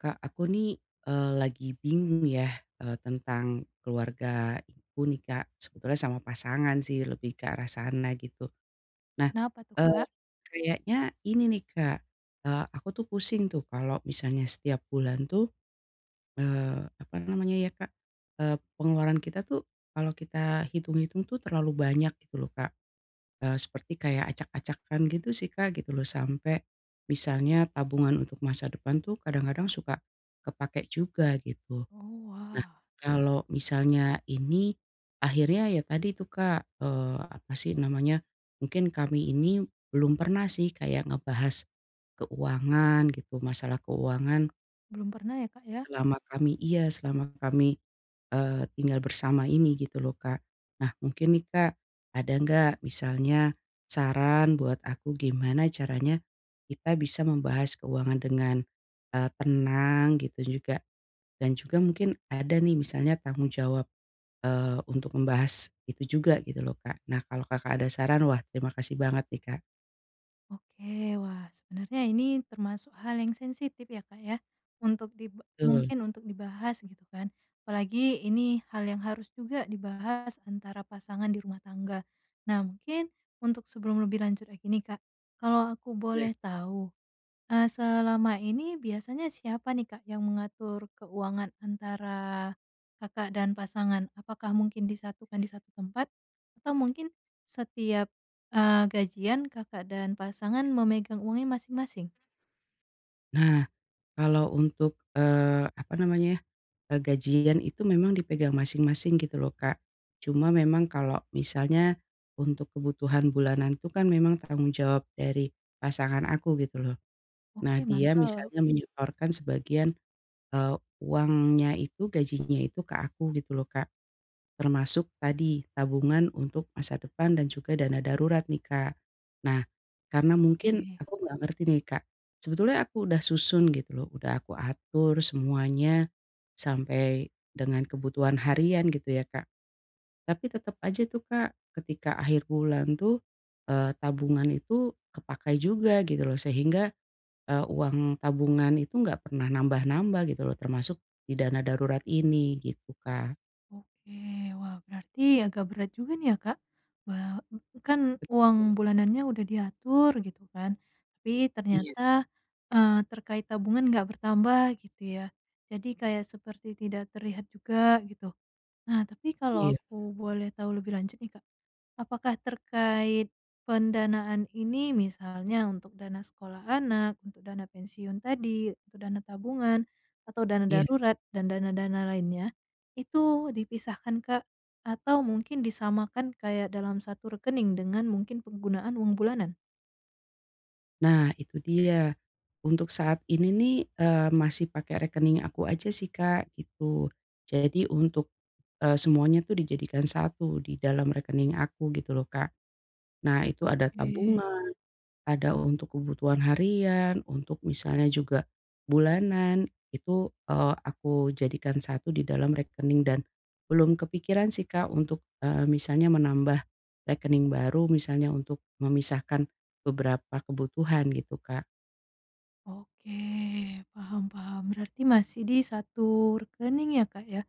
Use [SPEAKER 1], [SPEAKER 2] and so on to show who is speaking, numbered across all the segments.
[SPEAKER 1] Kak, aku nih lagi bingung ya tentang keluarga ibu nih Kak. Sebetulnya sama pasangan sih lebih ke arah sana gitu. Nah,
[SPEAKER 2] Kenapa tuh,
[SPEAKER 1] eh,
[SPEAKER 2] Kak?
[SPEAKER 1] kayaknya ini nih Kak, aku tuh pusing tuh kalau misalnya setiap bulan tuh apa namanya ya Kak, pengeluaran kita tuh kalau kita hitung-hitung tuh terlalu banyak gitu loh Kak. Seperti kayak acak-acakan gitu sih Kak, gitu loh. Sampai misalnya tabungan untuk masa depan tuh kadang-kadang suka kepake juga gitu.
[SPEAKER 2] Oh,
[SPEAKER 1] Nah,
[SPEAKER 2] wah.
[SPEAKER 1] kalau misalnya ini akhirnya ya tadi tuh Kak, apa sih namanya, mungkin kami ini belum pernah sih kayak ngebahas keuangan gitu, masalah keuangan.
[SPEAKER 2] Belum pernah ya, Kak, ya?
[SPEAKER 1] Selama kami, iya, tinggal bersama ini gitu loh, Kak. Nah mungkin nih, Kak, ada nggak misalnya saran buat aku gimana caranya kita bisa membahas keuangan dengan, tenang gitu juga dan juga mungkin ada nih misalnya tanggung jawab, untuk membahas itu juga gitu loh, Kak. Nah kalau Kakak ada saran, wah terima kasih banget nih, Kak.
[SPEAKER 2] Oke. Wah, sebenarnya ini termasuk hal yang sensitif ya, Kak, ya, untuk
[SPEAKER 1] Betul,
[SPEAKER 2] mungkin untuk dibahas gitu kan. Apalagi ini hal yang harus juga dibahas antara pasangan di rumah tangga. Nah, mungkin untuk sebelum lebih lanjut lagi nih, Kak, kalau aku
[SPEAKER 1] boleh.
[SPEAKER 2] boleh tahu, selama ini biasanya siapa nih, Kak, yang mengatur keuangan antara Kakak dan pasangan? Apakah mungkin disatukan di satu tempat atau mungkin setiap, gajian Kakak dan pasangan memegang uangnya masing-masing?
[SPEAKER 1] Nah kalau untuk, apa namanya ya. Gajian itu memang dipegang masing-masing gitu loh, Kak. Cuma memang kalau misalnya untuk kebutuhan bulanan tuh kan memang tanggung jawab dari pasangan aku gitu loh. Nah
[SPEAKER 2] Oke,
[SPEAKER 1] dia
[SPEAKER 2] mantap,
[SPEAKER 1] misalnya menyetorkan sebagian, eee, uangnya itu, gajinya itu ke aku gitu loh, Kak. Termasuk tadi tabungan untuk masa depan dan juga dana darurat nih, Kak. Nah, karena mungkin
[SPEAKER 2] oke.
[SPEAKER 1] aku nggak ngerti nih, Kak, sebetulnya aku udah susun gitu loh, udah aku atur semuanya sampai dengan kebutuhan harian gitu ya, Kak. Tapi tetap aja tuh, Kak, ketika akhir bulan tuh, tabungan itu kepakai juga gitu loh sehingga, uang tabungan itu nggak pernah nambah-nambah gitu loh termasuk di dana darurat ini gitu, Kak.
[SPEAKER 2] Oke, wah berarti agak berat juga nih ya, Kak. Wah, kan uang bulanannya udah diatur gitu kan, tapi
[SPEAKER 1] Iya,
[SPEAKER 2] ternyata, terkait tabungan nggak bertambah gitu ya. Jadi kayak seperti tidak terlihat juga gitu. Nah, tapi kalau
[SPEAKER 1] iya,
[SPEAKER 2] aku boleh tahu lebih lanjut nih, Kak, apakah terkait pendanaan ini misalnya untuk dana sekolah anak, untuk dana pensiun tadi, untuk dana tabungan, atau dana
[SPEAKER 1] iya.
[SPEAKER 2] darurat dan dana-dana lainnya, itu dipisahkan, Kak? Atau mungkin disamakan kayak dalam satu rekening dengan mungkin penggunaan uang bulanan?
[SPEAKER 1] Nah, itu dia. Untuk saat ini nih, masih pakai rekening aku aja sih, Kak, gitu. Jadi untuk, semuanya tuh dijadikan satu di dalam rekening aku gitu loh, Kak. Nah, itu ada
[SPEAKER 2] Oke.
[SPEAKER 1] tabungan, ada untuk kebutuhan harian, untuk misalnya juga bulanan, itu, aku jadikan satu di dalam rekening dan belum kepikiran sih, Kak, untuk, misalnya menambah rekening baru misalnya untuk memisahkan beberapa kebutuhan gitu, Kak.
[SPEAKER 2] Oke, paham paham. Berarti masih di satu rekening ya, Kak, ya?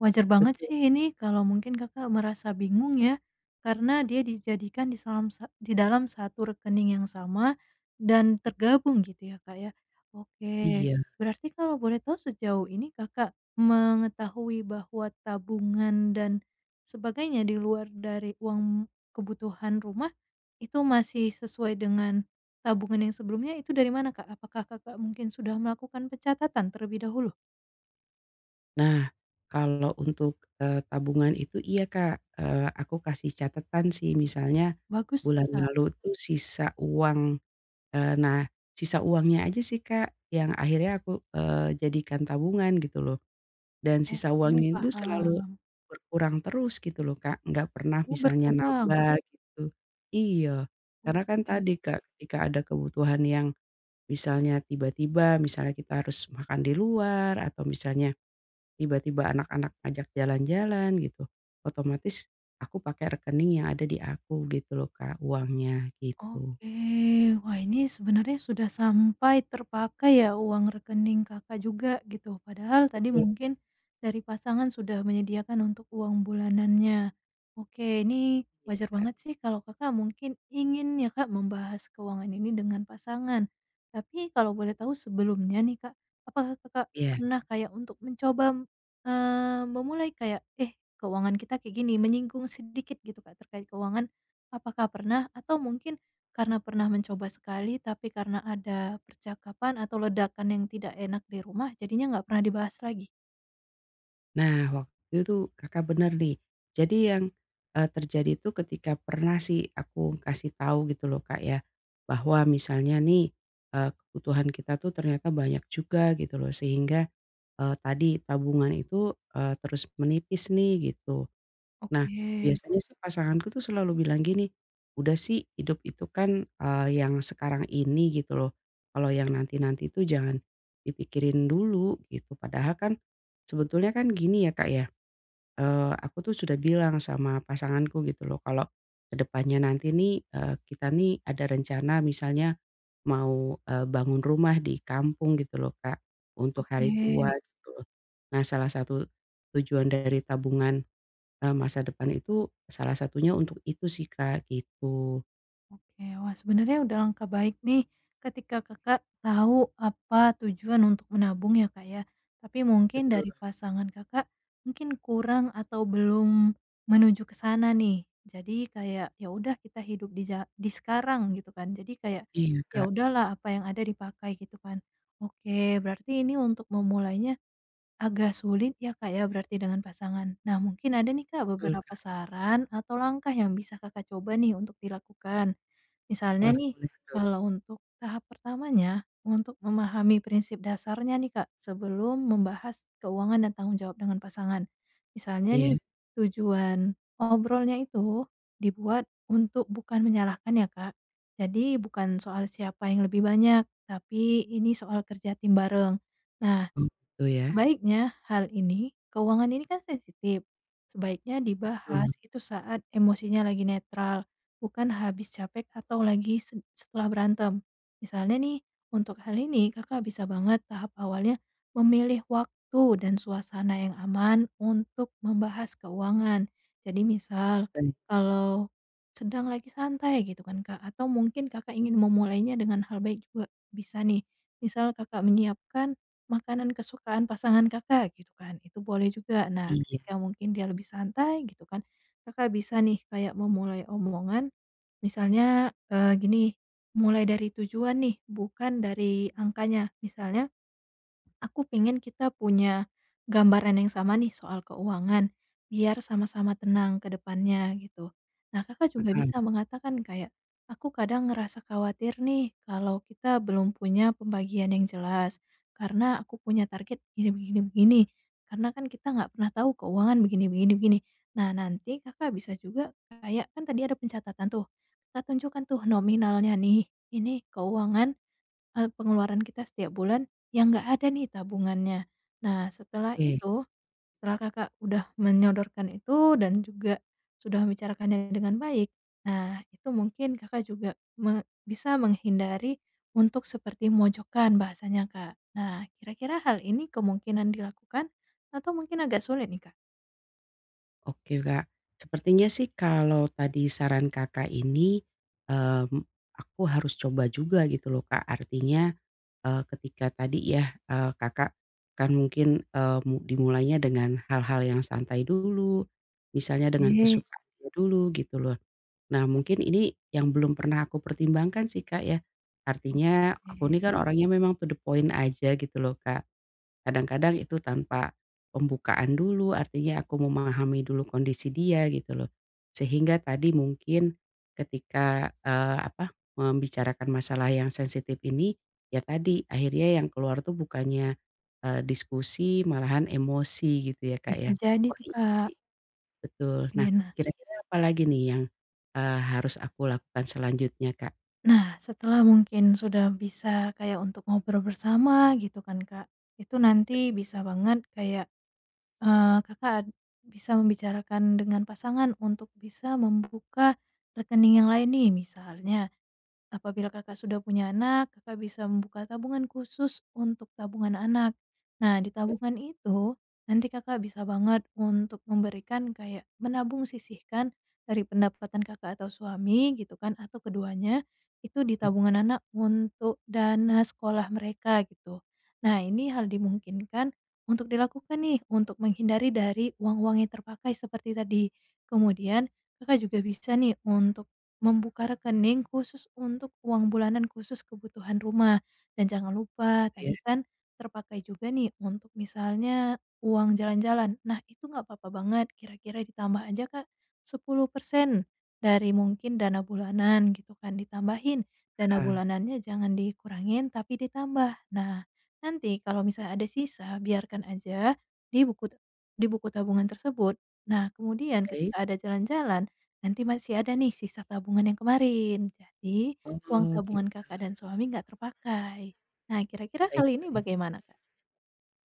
[SPEAKER 2] Wajar banget
[SPEAKER 1] Betul,
[SPEAKER 2] sih ini kalau mungkin Kakak merasa bingung ya, karena dia dijadikan di salam sa di dalam satu rekening yang sama dan tergabung gitu ya, Kak, ya? Oke,
[SPEAKER 1] iya.
[SPEAKER 2] berarti kalau boleh tahu sejauh ini Kakak mengetahui bahwa tabungan dan sebagainya di luar dari uang kebutuhan rumah, itu masih sesuai dengan tabungan yang sebelumnya itu dari mana, Kak? Apakah Kakak mungkin sudah melakukan pencatatan terlebih dahulu?
[SPEAKER 1] Nah, kalau untuk, tabungan itu iya, Kak, aku kasih catatan sih misalnya,
[SPEAKER 2] Bagus,
[SPEAKER 1] bulan
[SPEAKER 2] Kak.
[SPEAKER 1] lalu tuh sisa uang, nah sisa uangnya aja sih, Kak, yang akhirnya aku, jadikan tabungan gitu loh, dan sisa
[SPEAKER 2] Oke,
[SPEAKER 1] uangnya itu selalu
[SPEAKER 2] paham.
[SPEAKER 1] berkurang terus gitu loh, Kak, nggak pernah
[SPEAKER 2] Oh,
[SPEAKER 1] misalnya
[SPEAKER 2] berkurang?
[SPEAKER 1] nambah gitu. Iya, karena kan
[SPEAKER 2] Oke.
[SPEAKER 1] tadi, Kak, ketika ada kebutuhan yang misalnya tiba-tiba, misalnya kita harus makan di luar atau misalnya tiba-tiba anak-anak ngajak jalan-jalan gitu, otomatis aku pakai rekening yang ada di aku gitu loh Kak, uangnya gitu.
[SPEAKER 2] Oke, wah ini sebenarnya sudah sampai terpakai ya uang rekening Kakak juga gitu, padahal tadi
[SPEAKER 1] Betul.
[SPEAKER 2] mungkin dari pasangan sudah menyediakan untuk uang bulanannya. Oke, ini wajar banget sih kalau Kakak mungkin ingin ya Kak membahas keuangan ini dengan pasangan. Tapi kalau boleh tahu sebelumnya nih Kak, apakah Kakak
[SPEAKER 1] Iya.
[SPEAKER 2] pernah kayak untuk mencoba, memulai kayak, "Eh, keuangan kita kayak gini," menyinggung sedikit gitu Kak terkait keuangan, apakah pernah? Atau mungkin karena pernah mencoba sekali, tapi karena ada percakapan atau ledakan yang tidak enak di rumah, jadinya nggak pernah dibahas lagi.
[SPEAKER 1] Nah waktu itu Kakak bener nih, jadi yang, terjadi itu ketika pernah sih aku kasih tahu gitu loh Kak ya, bahwa misalnya nih, kebutuhan kita tuh ternyata banyak juga gitu loh sehingga, tadi tabungan itu, terus menipis nih gitu. Nah,
[SPEAKER 2] Oke
[SPEAKER 1] biasanya sih pasanganku tuh selalu bilang gini, "Udah sih hidup itu kan, yang sekarang ini gitu loh, kalau yang nanti-nanti tuh jangan dipikirin dulu," gitu. Padahal kan sebetulnya kan gini ya, Kak, ya, aku tuh sudah bilang sama pasanganku gitu loh kalau ke depannya nanti nih, kita nih ada rencana misalnya mau, bangun rumah di kampung gitu loh, Kak, untuk hari tua
[SPEAKER 2] oke.
[SPEAKER 1] gitu loh. Nah, salah satu tujuan dari tabungan. Masa depan itu salah satunya untuk itu sih, Kak, gitu.
[SPEAKER 2] Oke, wah sebenarnya udah langkah baik nih ketika Kakak tahu apa tujuan untuk menabung ya Kak ya. Tapi mungkin
[SPEAKER 1] Betul.
[SPEAKER 2] dari pasangan Kakak mungkin kurang atau belum menuju ke sana nih. Jadi kayak ya udah kita hidup di sekarang gitu kan. Jadi kayak
[SPEAKER 1] Iya,
[SPEAKER 2] ya
[SPEAKER 1] Kak,
[SPEAKER 2] udahlah apa yang ada dipakai gitu kan. Oke, berarti ini untuk memulainya agak sulit ya, Kak, ya, berarti dengan pasangan. Nah, mungkin ada nih, Kak,
[SPEAKER 1] betul,
[SPEAKER 2] beberapa
[SPEAKER 1] Kak.
[SPEAKER 2] saran atau langkah yang bisa Kakak coba nih untuk dilakukan. Misalnya
[SPEAKER 1] Wah,
[SPEAKER 2] nih,
[SPEAKER 1] boleh tuh.
[SPEAKER 2] kalau untuk tahap pertamanya, untuk memahami prinsip dasarnya nih, Kak, sebelum membahas keuangan dan tanggung jawab dengan pasangan. Misalnya nih,
[SPEAKER 1] Iya,
[SPEAKER 2] tujuan obrolnya itu dibuat untuk bukan menyalahkan ya, Kak. Jadi bukan soal siapa yang lebih banyak, tapi ini soal kerja tim bareng. Nah,
[SPEAKER 1] oh gitu ya.
[SPEAKER 2] sebaiknya hal ini keuangan ini kan sensitif, sebaiknya dibahas
[SPEAKER 1] Betul,
[SPEAKER 2] itu saat emosinya lagi netral, bukan habis capek atau lagi setelah berantem. Misalnya nih, untuk hal ini Kakak bisa banget tahap awalnya memilih waktu dan suasana yang aman untuk membahas keuangan. Jadi misal
[SPEAKER 1] baik.
[SPEAKER 2] kalau sedang lagi santai gitu kan, Kak, atau mungkin Kakak ingin memulainya dengan hal baik juga bisa nih. Misal Kakak menyiapkan makanan kesukaan pasangan Kakak gitu kan, itu boleh juga.
[SPEAKER 1] Oh,
[SPEAKER 2] Nah,
[SPEAKER 1] iya,
[SPEAKER 2] ketika mungkin dia lebih santai gitu kan, Kakak bisa nih kayak memulai omongan misalnya, gini, mulai dari tujuan nih bukan dari angkanya. Misalnya aku pengen kita punya gambaran yang sama nih soal keuangan, biar sama-sama tenang ke depannya gitu. Nah, Kakak juga
[SPEAKER 1] paham.
[SPEAKER 2] bisa mengatakan kayak, "Aku kadang ngerasa khawatir nih kalau kita belum punya pembagian yang jelas, karena aku punya target begini begini begini, karena kan kita nggak pernah tahu keuangan begini begini begini." Nah, nanti Kakak bisa juga kayak kan tadi ada pencatatan tuh, Kakak tunjukkan tuh nominalnya nih, ini keuangan pengeluaran kita setiap bulan yang nggak ada nih tabungannya. Nah, setelah
[SPEAKER 1] Oke
[SPEAKER 2] itu, setelah Kakak udah menyodorkan itu dan juga sudah membicarakannya dengan baik, nah itu mungkin Kakak juga me bisa menghindari untuk seperti mojokan bahasanya, Kak. Nah, kira-kira hal ini kemungkinan dilakukan atau mungkin agak sulit nih, Kak?
[SPEAKER 1] oke, Kak. Sepertinya sih kalau tadi saran Kakak ini, mmm, aku harus coba juga gitu loh, Kak. Artinya, ketika tadi ya, Kakak kan mungkin, eee, mu dimulainya dengan hal-hal yang santai dulu, misalnya dengan
[SPEAKER 2] Oke,
[SPEAKER 1] kesukaannya dulu gitu loh. Nah, mungkin ini yang belum pernah aku pertimbangkan sih, Kak, ya. Artinya aku ini kan
[SPEAKER 2] oke.
[SPEAKER 1] Orangnya memang to the point aja gitu loh, Kak. Kadang-kadang itu tanpa pembukaan dulu, artinya aku memahami dulu kondisi dia gitu loh. Sehingga tadi mungkin ketika, membicarakan masalah yang sensitif ini, ya tadi akhirnya yang keluar tuh bukannya, diskusi malahan emosi gitu ya, Kak,
[SPEAKER 2] Bisa
[SPEAKER 1] ya.
[SPEAKER 2] jadi
[SPEAKER 1] Wah,
[SPEAKER 2] tuh,
[SPEAKER 1] iya
[SPEAKER 2] Kak.
[SPEAKER 1] sih. Betul. Nah,
[SPEAKER 2] Oke.
[SPEAKER 1] kira-kira apa lagi nih yang, harus aku lakukan selanjutnya, Kak?
[SPEAKER 2] Nah, setelah mungkin sudah bisa kayak untuk ngobrol bersama gitu kan, Kak. Itu nanti bisa banget kayak, Kakak ad bisa membicarakan dengan pasangan untuk bisa membuka rekening yang lain nih, misalnya apabila Kakak sudah punya anak, Kakak bisa membuka tabungan khusus untuk tabungan anak. Nah, di tabungan itu nanti Kakak bisa banget untuk memberikan kayak menabung sisihkan dari pendapatan Kakak atau suami gitu kan atau keduanya itu di tabungan anak untuk dana sekolah mereka gitu. Nah, ini hal dimungkinkan untuk dilakukan nih untuk menghindari dari uang-uang yang terpakai seperti tadi. Kemudian Kakak juga bisa nih untuk membuka rekening khusus untuk uang bulanan khusus kebutuhan rumah, dan jangan lupa
[SPEAKER 1] Oke,
[SPEAKER 2] tadi kan terpakai juga nih untuk misalnya uang jalan-jalan. Nah, itu nggak apa-apa banget, kira-kira ditambah aja Kak 10% dari mungkin dana bulanan gitu kan, ditambahin. Dana
[SPEAKER 1] paham.
[SPEAKER 2] bulanannya jangan dikurangin, tapi ditambah. Nah, nanti kalau misalnya ada sisa, biarkan aja di buku di buku tabungan tersebut. Nah, kemudian
[SPEAKER 1] Baik.
[SPEAKER 2] ketika ada jalan-jalan nanti masih ada nih sisa tabungan yang kemarin, jadi uang
[SPEAKER 1] Oh, gitu.
[SPEAKER 2] tabungan Kakak dan suami nggak terpakai. Nah, kira-kira
[SPEAKER 1] Baik,
[SPEAKER 2] kali ini
[SPEAKER 1] baik.
[SPEAKER 2] bagaimana, Kak?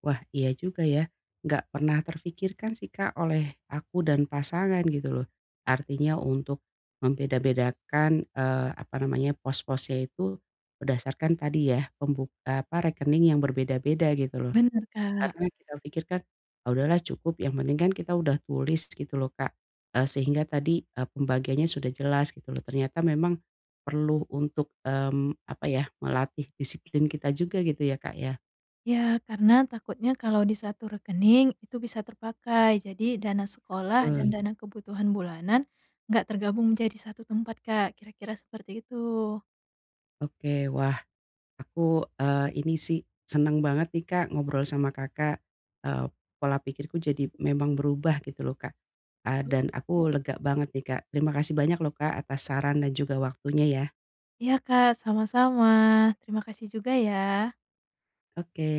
[SPEAKER 1] Wah, iya juga ya, nggak pernah terfikirkan sih, Kak, oleh aku dan pasangan gitu loh. Artinya untuk membeda-bedakan, apa namanya, pos-posnya itu berdasarkan tadi ya, rekening yang berbeda-beda gitu loh.
[SPEAKER 2] Benar Kak.
[SPEAKER 1] Karena kita pikirkan, ah, udahlah cukup yang penting kan kita udah tulis gitu loh Kak, sehingga tadi, pembagiannya sudah jelas gitu loh ternyata memang perlu untuk, apa ya, melatih disiplin kita juga gitu ya Kak ya?
[SPEAKER 2] Ya, karena takutnya kalau di satu rekening itu bisa terpakai. Jadi dana sekolah dan
[SPEAKER 1] Betul.
[SPEAKER 2] dana kebutuhan bulanan nggak tergabung menjadi satu tempat, Kak. Kira-kira seperti itu.
[SPEAKER 1] Oke wah aku, ini sih seneng banget nih Kak ngobrol sama Kakak, eee, pola pikirku jadi memang berubah gitu loh Kak, dan aku lega banget nih Kak terima kasih banyak loh Kak atas saran dan juga waktunya ya.
[SPEAKER 2] Iya, Kak, sama-sama. Terima kasih juga ya.
[SPEAKER 1] Oke.